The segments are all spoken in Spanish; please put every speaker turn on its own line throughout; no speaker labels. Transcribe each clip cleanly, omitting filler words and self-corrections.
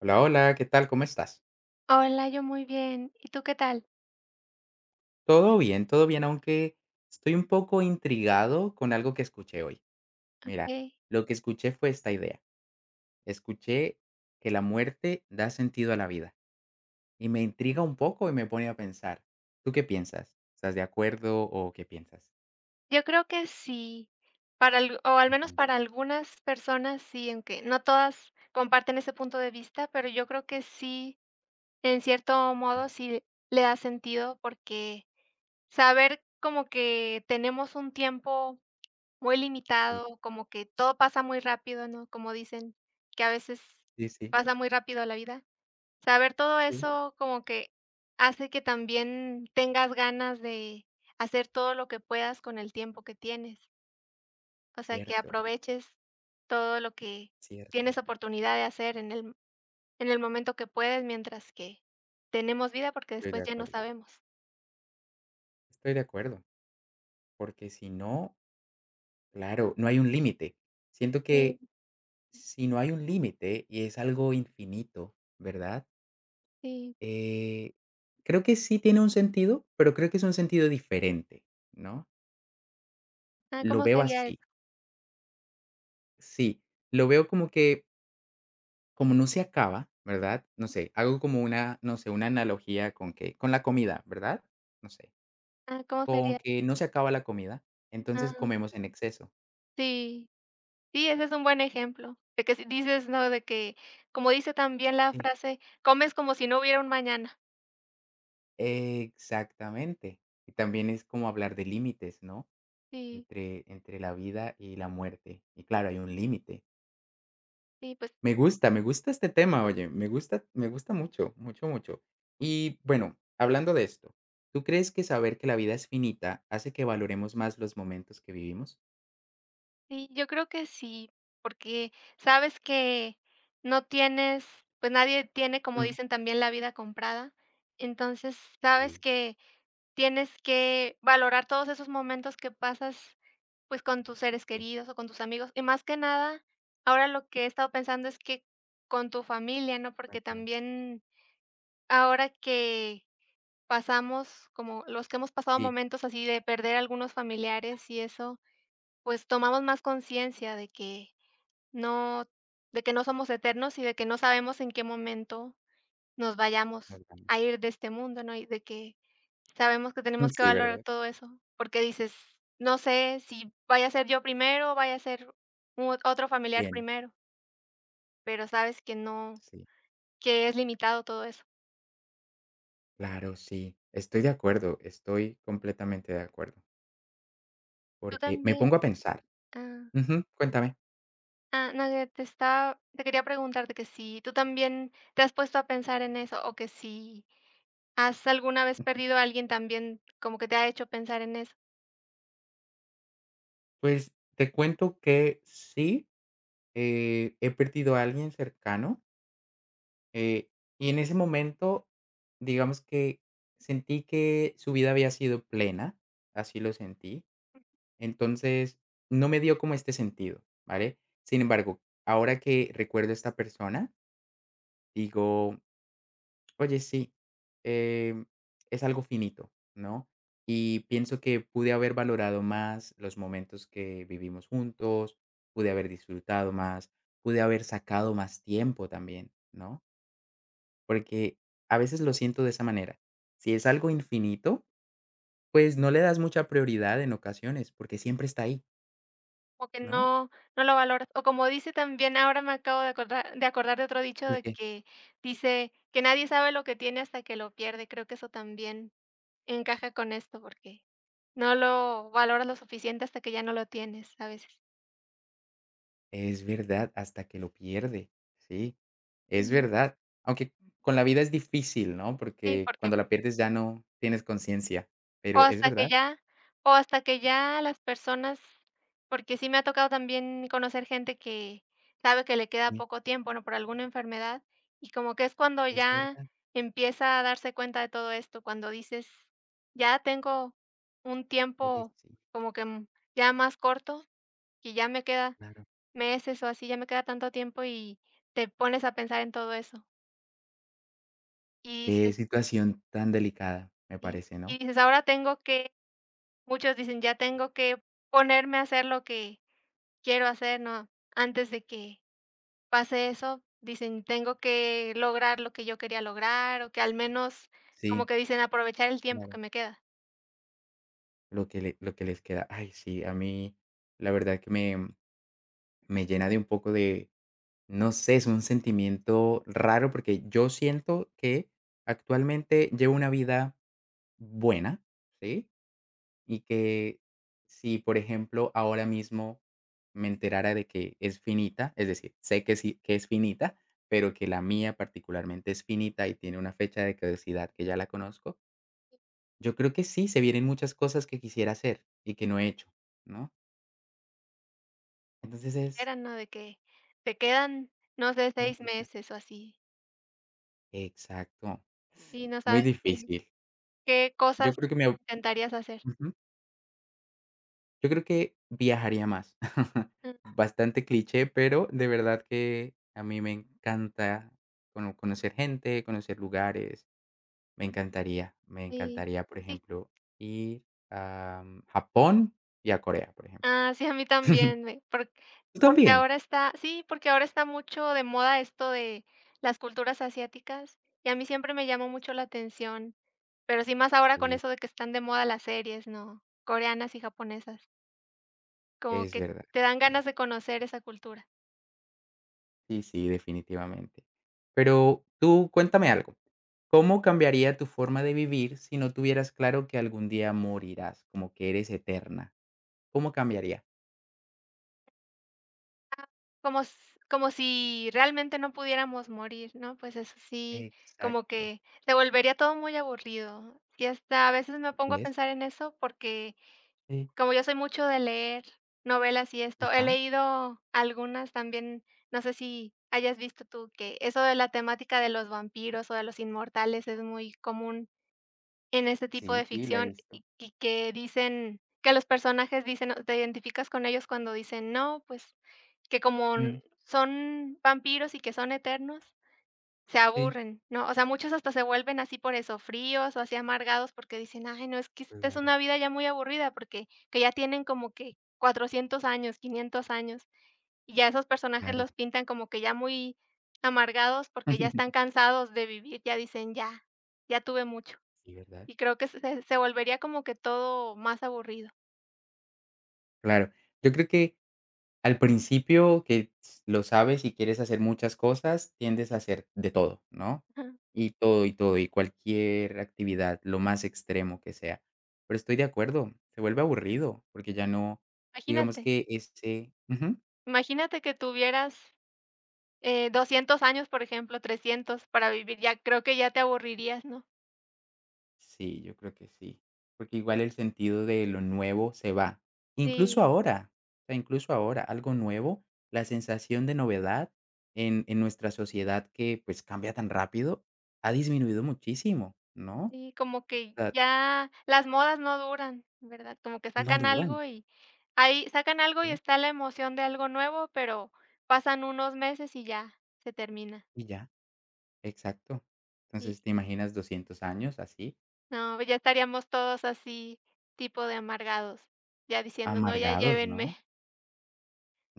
Hola, hola, ¿qué tal? ¿Cómo estás?
Hola, yo muy bien. ¿Y tú qué tal?
Todo bien, aunque estoy un poco intrigado con algo que escuché hoy. Mira,
Okey.
lo que escuché fue esta idea. Escuché que la muerte da sentido a la vida y me intriga un poco y me pone a pensar. ¿Tú qué piensas? ¿Estás de acuerdo o qué piensas?
Yo creo que sí, para alg o al menos
Ujú.
para algunas personas sí, aunque no todas comparten ese punto de vista, pero yo creo que sí, en cierto modo, sí le da sentido, porque saber como que tenemos un tiempo muy
Sí.
limitado, como que todo pasa muy rápido, ¿no? Como dicen, que a veces
Sí, sí,
pasa muy rápido la vida. Saber todo
sí.
eso como que hace que también tengas ganas de hacer todo lo que puedas con el tiempo que tienes. O sea, que
Cierto,
aproveches todo lo que
cierto.
tienes oportunidad de hacer en el momento que puedes, mientras que tenemos vida, porque
Estoy
después
de
ya no
acuerdo.
sabemos.
Estoy de acuerdo, porque si no, claro, no hay un límite. Siento
Sí,
que si no hay un límite y es algo infinito, ¿verdad?
sí.
Eh, creo que sí tiene un sentido, pero creo que es un sentido diferente, ¿no?
Ah,
Lo
¿cómo
veo
sería eso?
así, sí. Lo veo como que, como no se acaba, ¿verdad? No sé, hago como una, no sé, una analogía con que, con la comida, ¿verdad? No sé,
Ah, ¿cómo
con
sería?
que no se acaba la comida, entonces
Ah,
comemos en exceso.
sí. Sí, ese es un buen ejemplo, de que si dices, ¿no? De que, como dice también la
Sí.
frase: "Comes como si no hubiera un mañana".
Exactamente. Y también es como hablar de límites, ¿no?
Sí,
Entre la vida y la muerte. Y claro, hay un límite.
sí, pues
Me gusta este tema, oye, me gusta mucho, mucho, mucho. Y bueno, hablando de esto, ¿tú crees que saber que la vida es finita hace que valoremos más los momentos que vivimos?
sí, yo creo que sí, porque sabes que no tienes, pues nadie tiene, como
Mm.
dicen también, la vida comprada. Entonces, sabes
Sí,
que tienes que valorar todos esos momentos que pasas, pues con tus seres
sí,
queridos o con tus amigos. Y más que nada, ahora lo que he estado pensando es que con tu familia, ¿no? Porque
cuéntame.
también ahora que pasamos, como los que hemos pasado
Sí,
momentos así de perder algunos familiares y eso, pues tomamos más conciencia no, de que no somos eternos y de que no sabemos en qué momento nos
nos
vayamos a
vamos.
ir de este mundo, ¿no? Y de que sabemos que tenemos que
Sí,
valorar
¿verdad?
todo eso, porque dices, no sé si vaya a ser yo primero o vaya a ser otro familiar
Bien,
primero, pero sabes que no,
sí.
que es limitado todo eso.
Claro, sí. Estoy de acuerdo, estoy completamente de acuerdo,
Tú
porque me
también,
pongo a pensar.
ah,
Ujú. Cuéntame.
ah, no, que te quería preguntarte que si tú también te has puesto a pensar en eso o que si has alguna vez perdido a alguien también, como que te ha hecho pensar en eso.
Pues, te cuento que sí. He perdido a alguien cercano, eh, y en ese momento, digamos que sentí que su vida había sido plena, así lo sentí. Entonces, no me dio como este sentido, ¿vale? Sin embargo, ahora que recuerdo a esta persona, digo: "Oye, sí, em, es algo finito, ¿no?" Y pienso que pude haber valorado más los momentos que vivimos juntos, pude haber disfrutado más, pude haber sacado más tiempo también, ¿no? Porque a veces lo siento de esa manera. Si es algo infinito, pues no le das mucha prioridad en ocasiones, porque siempre está ahí,
Como que
¿no?
no lo valoras. O como dice también, ahora me acabo de acordar de otro dicho de que dice que nadie sabe lo que tiene hasta que lo pierde. Creo que eso también encaja con esto, porque no lo valoras lo suficiente hasta que ya no lo tienes a veces.
Es verdad, hasta que lo pierde, sí, es
Sí.
verdad. Aunque con la vida es difícil, ¿no?
Sí,
Porque
porque
cuando la pierdes ya no tienes conciencia,
O
pero es
hasta que
verdad,
ya o hasta que ya las personas, porque sí me ha tocado también conocer gente que sabe que le queda
sí,
poco tiempo, ¿no?, por alguna enfermedad, y como que es cuando
es
ya
verdad.
empieza a darse cuenta de todo esto, cuando dices: "Ya tengo un
Oye,
tiempo
sí,
como que, ya más corto, y ya me queda
claro.
meses o así, ya me queda tanto tiempo", y te pones a pensar en todo eso. Y
Qué
dices
situación tan delicada, me
y
parece,
y
¿no?
dices: "Ahora tengo que". Muchos dicen: "Ya tengo que ponerme a hacer lo que quiero hacer", ¿no? Antes de que pase eso, dicen: "Tengo que lograr lo que yo quería lograr", o que al menos como
Sí,
que dicen: "Aprovechar el tiempo que
claro,
me queda".
lo que les queda. Ay, sí, a mí la verdad que me llena de un poco de, no sé, es un sentimiento raro porque yo siento que actualmente llevo una vida buena, ¿sí? Y que si, por ejemplo, ahora mismo me enterara de que es finita, es decir, sé que sí, que es finita, pero que la mía particularmente es finita y tiene una fecha de caducidad que ya la conozco, yo creo que sí, se vienen muchas cosas que quisiera hacer y que no he hecho, ¿no? Entonces es,
Era, ¿no? De que te quedan, no sé,
te pone a
6
pensar.
meses o así,
Exacto,
y no
muy
sabes qué
difícil.
qué cosas
Yo creo que me
intentarías hacer.
Yo creo que viajaría más.
Mm,
Bastante cliché, pero de verdad que a mí me encanta conocer gente, conocer lugares. Me
sí.
encantaría, por
Sí.
ejemplo, ir a Japón y a Corea, por ejemplo.
Ah, sí, a mí también, me por
¿Tú
porque
también?
ahora está sí, porque ahora está mucho de moda esto de las culturas asiáticas, y a mí siempre me llamó mucho la atención, pero sí más ahora con
Sí,
eso de que están de moda las series, ¿no? Coreanas y japonesas, como
es
que
verdad.
te dan
Eh,
ganas de conocer esa cultura,
sí, sí, definitivamente. Pero tú cuéntame algo, ¿cómo cambiaría tu forma de vivir si no tuvieras claro que algún día morirás, como que eres eterna? ¿Cómo cambiaría?
como s como si realmente no pudiéramos morir, ¿no? Pues eso sí, como
Exacto,
que se volvería todo muy aburrido, y hasta a veces me pongo a
¿entendés?
pensar en eso porque
Sí.
como yo soy mucho de leer novelas y esto, he
Ajá,
leído algunas también, no sé si hayas visto tú que eso de la temática de los vampiros o de los inmortales es muy común en este tipo
sí,
de
sí, la he
ficción
visto.
y que dicen que los personajes dicen, o te identificas con ellos cuando dicen: "No, pues, que como
Mm,
son vampiros y que son eternos". Se
sí.
aburren, ¿no? O sea, muchos hasta se vuelven así por eso, fríos o así amargados, porque dicen: "Ay, no, es que esta es
Claro,
una vida ya muy aburrida", porque que ya tienen como que 400 años, 500 años, y ya esos personajes
claro.
los pintan como que ya muy amargados, porque ya están cansados de vivir, ya dicen: "Ya, ya tuve mucho",
Sí, ¿verdad?
y creo que se volvería como que todo más aburrido.
Claro. Yo creo que al principio que s lo sabes y quieres hacer muchas cosas, tiendes a
Sí.
hacer de todo, ¿no?
Ajá.
Y todo, y todo, y cualquier actividad, lo más extremo que sea. Pero estoy de acuerdo, se vuelve aburrido, porque ya no, digamos
Imagínate,
que ese.
imagínate que tuvieras, 200 años, por ejemplo, 300 para vivir, ya creo que ya te aburrirías, ¿no?
Sí, yo creo que sí, porque igual el sentido de lo nuevo se va. Incluso
Sí.
ahora, o sea, incluso ahora, algo nuevo, la sensación de novedad en nuestra sociedad que, pues, cambia tan rápido, ha disminuido muchísimo, ¿no?
Sí,
O
como que
sea,
ya las modas no duran, ¿verdad? Como que
no
sacan
duran,
algo y ahí sacan algo y
¿sí?
está la emoción de algo nuevo, pero pasan unos meses y ya se termina.
Y ya, exacto.
Y
Entonces, ¿te imaginas 200 años así,
no, ya estaríamos todos así, tipo de amargados, ya diciendo, no, ya
amargados,
llévenme.
no?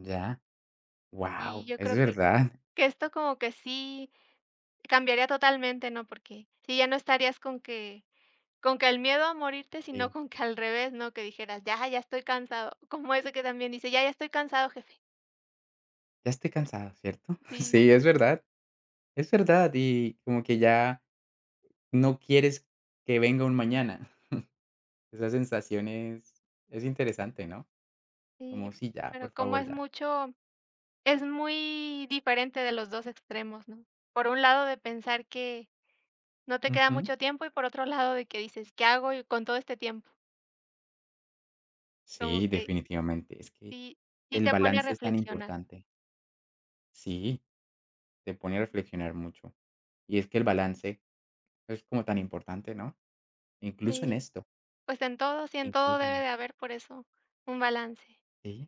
Ya,
Y
wow,
yo
es
creo
verdad.
que esto como que sí cambiaría totalmente, ¿no? Porque si ya no estarías con que el miedo a morirte, sino
Sí,
con que al revés, ¿no? Que dijeras, ya, ya estoy cansado. Como eso que también dice, ya, ya estoy cansado, jefe.
ya estoy cansado, ¿cierto?
Sí,
Sí, es verdad, y como que ya. No quieres que venga un mañana. Esa sensación es interesante, ¿no?
sí,
Como, sí, ya,
pero
por
como
favor,
es
ya.
mucho, es muy diferente de los 2 extremos, ¿no? Por un lado de pensar que no te queda
Ujú.
mucho tiempo y por otro lado de que dices, ¿qué hago y con todo este tiempo? Como
Sí,
que
definitivamente. Es que
sí, sí
el
te pone a
balance es tan
reflexionar.
importante. Sí, te pone a reflexionar mucho. Y es que el balance es como tan importante, ¿no? Incluso en
Sí,
esto,
pues en todo, sí, en todo
incluso en
debe de
esto.
haber por eso un balance.
Sí,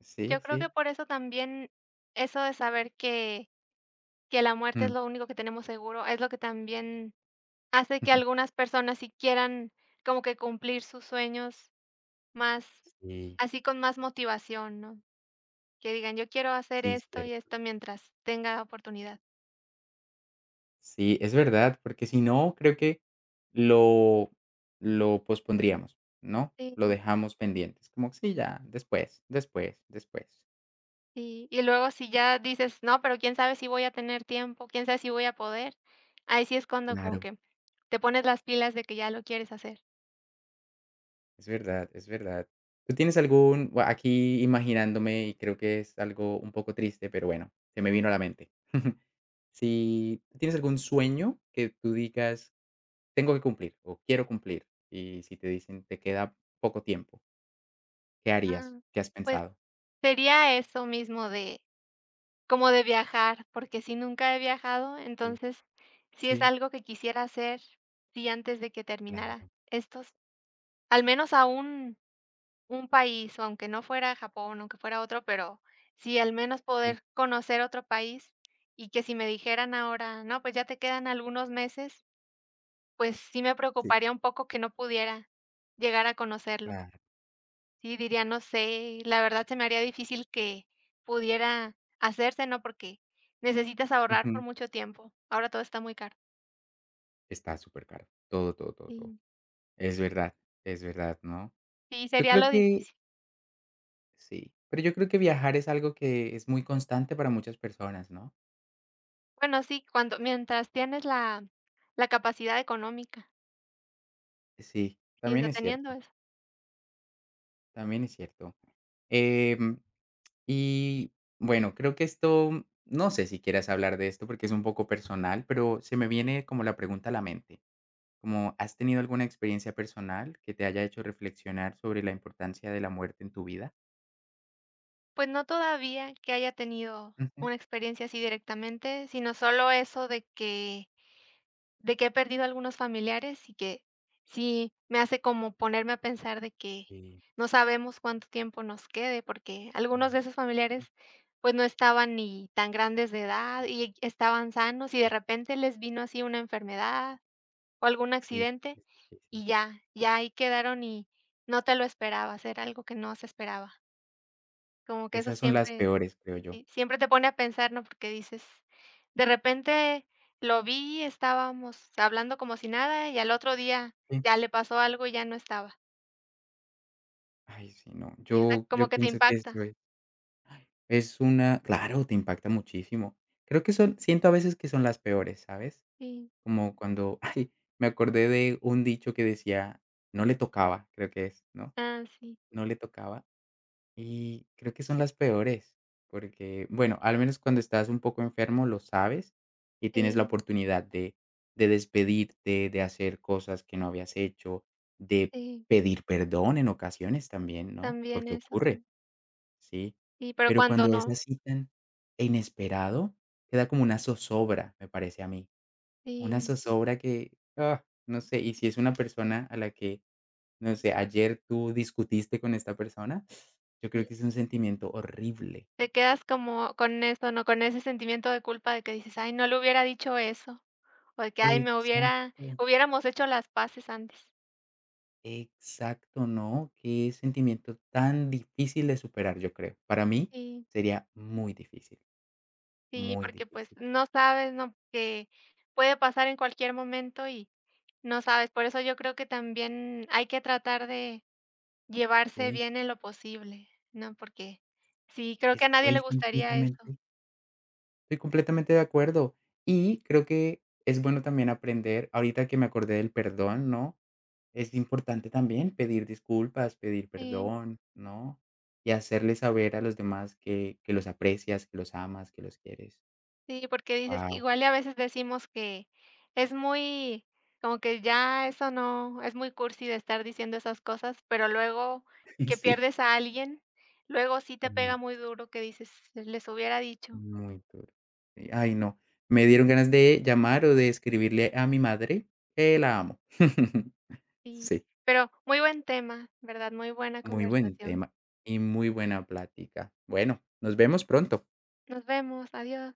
sí,
Yo creo que
sí.
por eso también eso de saber que la muerte es
Mm.
lo único que tenemos seguro, es lo que también hace que algunas personas si quieran como que cumplir sus sueños más,
Sí,
así con más motivación, ¿no? Que digan: "Yo quiero hacer
sí,
esto y
cierto.
esto mientras tenga oportunidad".
Sí, es verdad, porque si no, creo que lo lo pospondríamos, ¿no? Lo
Sí,
dejamos pendientes, como, sí, ya, después, después, después.
sí. Y luego si ya dices: "No, pero quién sabe si voy a tener tiempo, quién sabe si voy a poder". Ahí sí es cuando como
Claro.
que te pones las pilas de que ya lo quieres hacer.
Es verdad, es verdad. ¿Tú tienes algún, bua, aquí imaginándome, y creo que es algo un poco triste, pero bueno, se me vino a la mente. Si tú tienes algún sueño que tú digas: "Tengo que cumplir", o "Quiero cumplir", y si te dicen: "Te queda poco tiempo", ¿qué harías?
Ah,
¿Qué has
pues
pensado?
sería eso mismo de como de viajar, porque si nunca he viajado,
Sí.
entonces sí es
Sí.
algo que quisiera hacer, sí, antes de que terminara
Claro.
estos al menos aún. Un país, o aunque no fuera Japón, aunque fuera otro, pero sí, al menos
Sí.
poder conocer otro país, y que si me dijeran ahora: "No, pues ya te quedan algunos meses", pues sí me
Sí,
preocuparía un poco que no pudiera llegar a conocerlo.
claro.
Sí, diría: "No sé", la verdad se me haría difícil que pudiera hacerse, ¿no? Porque necesitas ahorrar por
Ujú.
mucho tiempo, ahora todo está muy caro.
Está supercaro. Todo, todo, todo, todo.
Sí,
Es verdad, es verdad, ¿no?
sí,
Yo
sería
creo
lo
que
difícil.
sí, pero yo creo que viajar es algo que es muy constante para muchas personas, ¿no?
Bueno, sí, cuando mientras tienes la capacidad económica,
Sí,
sí, o
también
sea,
es
teniendo
cierto,
eso.
también es cierto. Em, y bueno, creo que esto, no sé si quieras hablar de esto porque es un poco personal, pero se me viene como la pregunta a la mente, como: ¿has tenido alguna experiencia personal que te haya hecho reflexionar sobre la importancia de la muerte en tu vida?
Pues no todavía que haya tenido
Ujú.
una experiencia así directamente, sino solo eso de que he perdido algunos familiares y que sí me hace como ponerme a pensar de que
Sí,
no sabemos cuánto tiempo nos quede, porque algunos
no
de
sé.
esos familiares, pues, no estaban ni tan grandes de edad y estaban sanos, y de
Eh,
repente les vino así una enfermedad o algún
Sí,
accidente,
sí, es difícil.
y ya, ya ahí quedaron y no te lo esperabas, era algo que no se esperaba. Como que eso
Esas son las
siempre.
peores, creo yo.
Sí, siempre te pone a pensar, ¿no? Porque dices, de repente lo vi, estábamos hablando como si nada y al otro día
Sí.
ya le pasó algo y ya no estaba.
Ay, sí, no.
Y o sea,
Yo
como
yo
que te
pienso que
impacta.
esto es una claro, te impacta muchísimo. Creo que son siento a veces que son las peores, ¿sabes?
Sí.
Como cuando, ay, me acordé de un dicho que decía: "No le tocaba", creo que es, ¿no?
Ah, sí.
No le tocaba. Y creo que son las peores, porque, bueno, al menos cuando estás un poco enfermo lo sabes y tienes la
Sí,
oportunidad de despedirte, de hacer cosas que no habías hecho, de
sí,
pedir perdón en ocasiones también, ¿no?
también
Porque
eso, sí.
ocurre, sí.
Sí, pero
Pero
cuando
cuando es
no,
así tan inesperado, queda como una zozobra, me parece a mí. Una
sí,
zozobra que, no sé, y si es una persona a la que no sé, ayer tú discutiste con esta persona. Yo creo
sí,
que es un sentimiento horrible.
te quedas como con eso, ¿no? Con ese sentimiento de culpa de que dices: "Ay, no le hubiera dicho eso", o de que: "Ay, me hubiera
Exacto.
hubiéramos hecho las paces antes".
Exacto, ¿no? Qué sentimiento tan difícil de superar, yo creo. Para mí
Sí.
sería muy difícil,
Sí,
muy
porque, pues,
difícil.
no sabes, no que puede pasar en cualquier momento y no sabes. Por eso yo creo que también hay que tratar de llevarse
Sí.
bien en lo posible, ¿no? Porque sí, creo que a nadie le
Estoy
gustaría eso.
completamente, estoy completamente de acuerdo. Y creo que es bueno también aprender, ahorita que me acordé del perdón, ¿no? Es importante también pedir disculpas, pedir
Sí,
perdón, ¿no? Y hacerle saber a los demás que los aprecias, que los amas, que los quieres.
sí, porque dices
Wow.
igual y a veces decimos que es muy como que ya eso no es muy cursi de estar diciendo esas cosas, pero luego que
Sí.
pierdes a alguien, luego sí te
Mm.
pega muy duro que dices: "Les hubiera dicho".
Muy duro. Sí, ay, no. Me dieron ganas de llamar o de escribirle a mi madre que la amo.
Sí,
Sí,
pero muy buen tema, ¿verdad? Muy buena
muy buen
conversación.
tema y muy buena plática. Bueno, nos vemos pronto.
Nos vemos, adiós.